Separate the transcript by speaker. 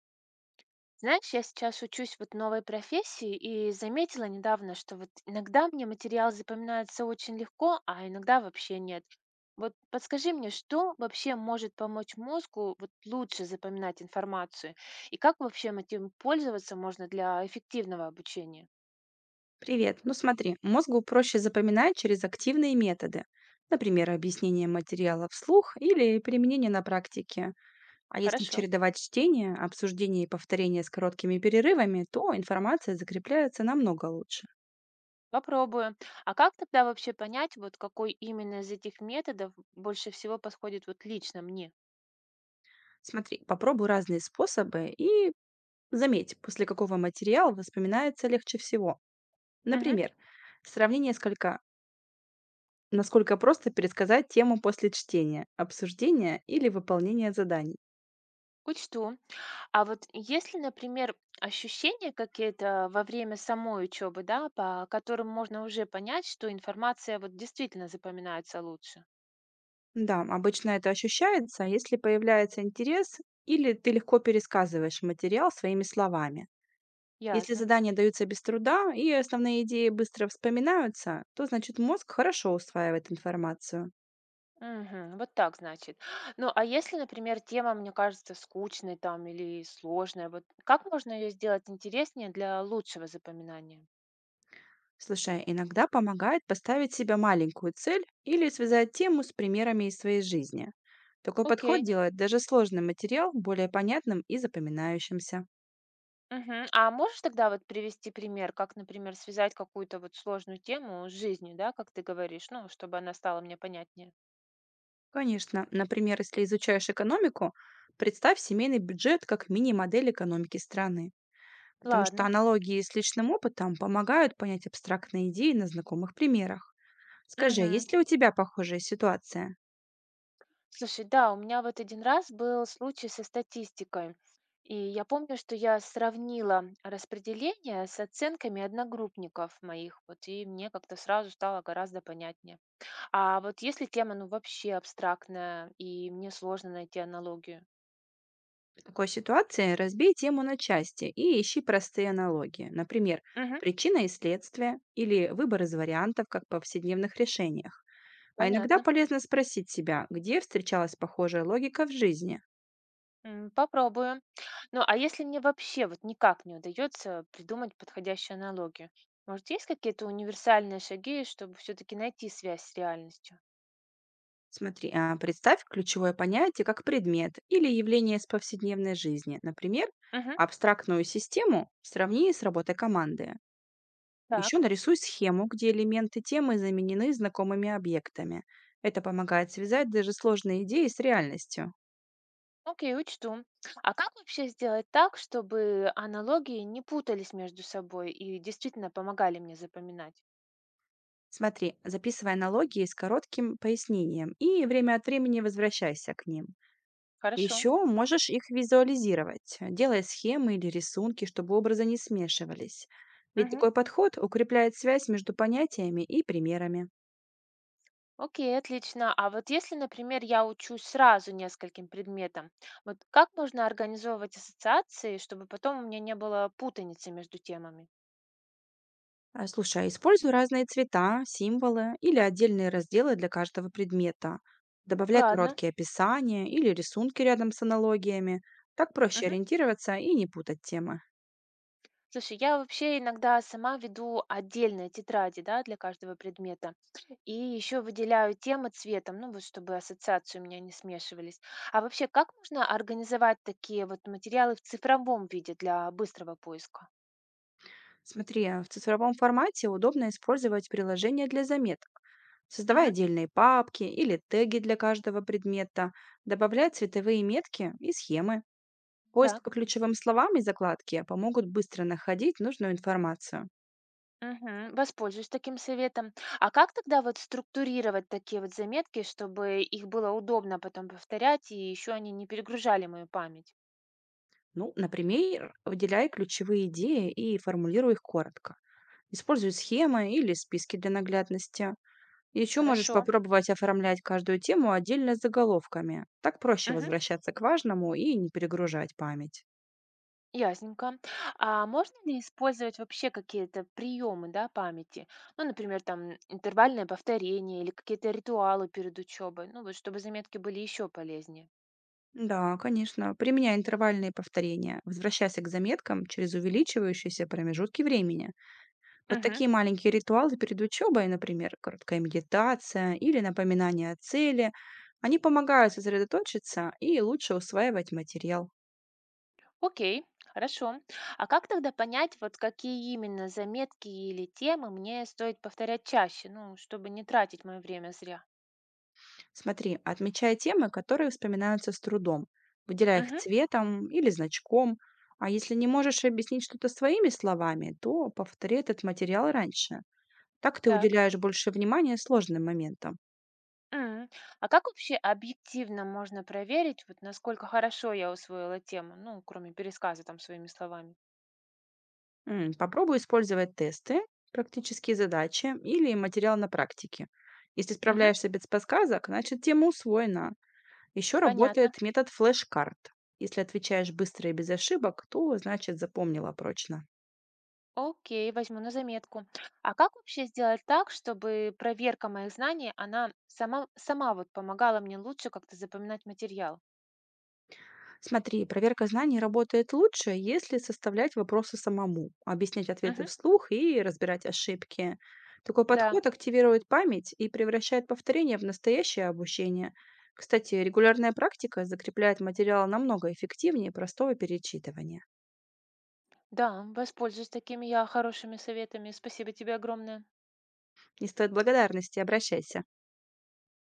Speaker 1: Знаешь, я сейчас учусь вот новой профессии и заметила недавно, что вот иногда мне материал запоминается очень легко, а иногда вообще нет. Вот подскажи мне, что вообще может помочь мозгу вот лучше запоминать информацию? И как вообще им этим пользоваться можно для эффективного обучения?
Speaker 2: Привет. Ну смотри, мозгу проще запоминать через активные методы. Например, объяснение материала вслух или применение на практике. А если
Speaker 1: Хорошо,
Speaker 2: чередовать чтение, обсуждение и повторение с короткими перерывами, то информация закрепляется намного лучше.
Speaker 1: попробую. А как тогда вообще понять, вот какой именно из этих методов больше всего подходит вот лично мне?
Speaker 2: Смотри, попробуй разные способы и заметь, после какого материала воспоминается легче всего.
Speaker 1: Угу,
Speaker 2: Например, сравни несколько, насколько просто пересказать тему после чтения, обсуждения или выполнения заданий.
Speaker 1: учту. А вот есть ли, например, ощущения какие-то во время самой учебы, да, по которым можно уже понять, что информация вот действительно запоминается лучше?
Speaker 2: Да, обычно это ощущается, если появляется интерес или ты легко пересказываешь материал своими словами. Если
Speaker 1: Ясно.
Speaker 2: задания даются без труда и основные идеи быстро вспоминаются, то значит мозг хорошо усваивает информацию.
Speaker 1: Мгм. Вот так, значит. Ну, а если, например, тема, мне кажется, скучной там или сложная, вот как можно ее сделать интереснее для лучшего запоминания?
Speaker 2: Слушай, иногда помогает поставить себе маленькую цель или связать тему с примерами из своей жизни. Такой подход
Speaker 1: Окей.
Speaker 2: делает даже сложный материал более понятным и запоминающимся.
Speaker 1: Мгм. А можешь тогда вот привести пример, как, например, связать какую-то вот сложную тему с жизнью, да, как ты говоришь, ну, чтобы она стала мне понятнее?
Speaker 2: Конечно. Например, если изучаешь экономику, представь семейный бюджет как мини-модель экономики страны. Потому что
Speaker 1: Ладно.
Speaker 2: аналогии с личным опытом помогают понять абстрактные идеи на знакомых примерах. Скажи, а
Speaker 1: Мгм.
Speaker 2: есть ли у тебя похожая ситуация?
Speaker 1: Слушай, да, у меня вот один раз был случай со статистикой. И я помню, что я сравнила распределение с оценками одногруппников моих, вот, и мне как-то сразу стало гораздо понятнее. А вот если тема, ну, вообще абстрактная, и мне сложно найти аналогию?
Speaker 2: В такой ситуации разбей тему на части и ищи простые аналогии. Например,
Speaker 1: Мгм.
Speaker 2: причина и следствие или выбор из вариантов, как в повседневных решениях. А иногда
Speaker 1: Понятно.
Speaker 2: полезно спросить себя, где встречалась похожая логика в жизни.
Speaker 1: М, попробую. Ну, а если мне вообще вот никак не удается придумать подходящую аналогию? Может, есть какие-то универсальные шаги, чтобы все-таки найти связь с реальностью?
Speaker 2: Смотри, а, представь ключевое понятие как предмет или явление из повседневной жизни. Например,
Speaker 1: Мгм.
Speaker 2: абстрактную систему сравни с работой команды. Еще
Speaker 1: Так.
Speaker 2: нарисуй схему, где элементы темы заменены знакомыми объектами. Это помогает связать даже сложные идеи с реальностью.
Speaker 1: Окей, учту. А как вообще сделать так, чтобы аналогии не путались между собой и действительно помогали мне запоминать?
Speaker 2: Смотри, записывай аналогии с коротким пояснением и время от времени возвращайся к ним.
Speaker 1: Хорошо.
Speaker 2: Еще можешь их визуализировать, делая схемы или рисунки, чтобы образы не смешивались. Ведь
Speaker 1: Мгм.
Speaker 2: такой подход укрепляет связь между понятиями и примерами.
Speaker 1: Окей, отлично. А вот если, например, я учусь сразу нескольким предметам, вот как можно организовывать ассоциации, чтобы потом у меня не было путаницы между темами?
Speaker 2: А, слушай, а используй разные цвета, символы или отдельные разделы для каждого предмета. Добавляй
Speaker 1: Ладно.
Speaker 2: короткие описания или рисунки рядом с аналогиями. Так проще
Speaker 1: Мгм.
Speaker 2: ориентироваться и не путать темы.
Speaker 1: Слушай, я вообще иногда сама веду отдельные тетради, да, для каждого предмета. И еще выделяю темы цветом, ну вот чтобы ассоциации у меня не смешивались. А вообще, как можно организовать такие вот материалы в цифровом виде для быстрого поиска?
Speaker 2: Смотри, а в цифровом формате удобно использовать приложения для заметок. Создавай
Speaker 1: Мгм.
Speaker 2: отдельные папки или теги для каждого предмета, добавляй цветовые метки и схемы. Поиск по
Speaker 1: Так.
Speaker 2: ключевым словам и закладки помогут быстро находить нужную информацию.
Speaker 1: Мгм. Воспользуюсь таким советом. А как тогда вот структурировать такие вот заметки, чтобы их было удобно потом повторять, и еще они не перегружали мою память?
Speaker 2: Ну, например, выделяй ключевые идеи и формулируй их коротко. Используй схемы или списки для наглядности. Еще можешь
Speaker 1: Хорошо.
Speaker 2: попробовать оформлять каждую тему отдельно с заголовками. Так проще
Speaker 1: Мгм.
Speaker 2: возвращаться к важному и не перегружать память.
Speaker 1: Ясненько. А можно ли использовать вообще какие-то приемы, да, памяти? Ну, например, там интервальное повторение или какие-то ритуалы перед учебой, ну, вот чтобы заметки были еще полезнее.
Speaker 2: Да, конечно. Применяй интервальные повторения. Возвращайся к заметкам через увеличивающиеся промежутки времени. Вот
Speaker 1: Мгм.
Speaker 2: такие маленькие ритуалы перед учебой, например, короткая медитация или напоминание о цели, они помогают сосредоточиться и лучше усваивать материал.
Speaker 1: Окей, хорошо. А как тогда понять, вот какие именно заметки или темы мне стоит повторять чаще, ну, чтобы не тратить мое время зря?
Speaker 2: Смотри, отмечай темы, которые вспоминаются с трудом. Выделяй их
Speaker 1: Мгм.
Speaker 2: цветом или значком. А если не можешь объяснить что-то своими словами, то повтори этот материал раньше. Так ты
Speaker 1: Так.
Speaker 2: уделяешь больше внимания сложным моментам.
Speaker 1: М. А как вообще объективно можно проверить, вот насколько хорошо я усвоила тему, ну, кроме пересказа там своими словами?
Speaker 2: М, попробуй использовать тесты, практические задачи или материал на практике. Если справляешься без подсказок, значит тема усвоена. Еще
Speaker 1: Понятно.
Speaker 2: работает метод флеш-карт. Если отвечаешь быстро и без ошибок, то значит запомнила прочно.
Speaker 1: Окей, возьму на заметку. А как вообще сделать так, чтобы проверка моих знаний, она сама вот помогала мне лучше как-то запоминать материал?
Speaker 2: Смотри, проверка знаний работает лучше, если составлять вопросы самому, объяснять ответы
Speaker 1: Мгм.
Speaker 2: вслух и разбирать ошибки. Такой
Speaker 1: Да,
Speaker 2: подход активирует память и превращает повторение в настоящее обучение. Кстати, регулярная практика закрепляет материал намного эффективнее простого перечитывания.
Speaker 1: да, воспользуюсь такими я хорошими советами. Спасибо тебе огромное.
Speaker 2: Не стоит благодарности, обращайся.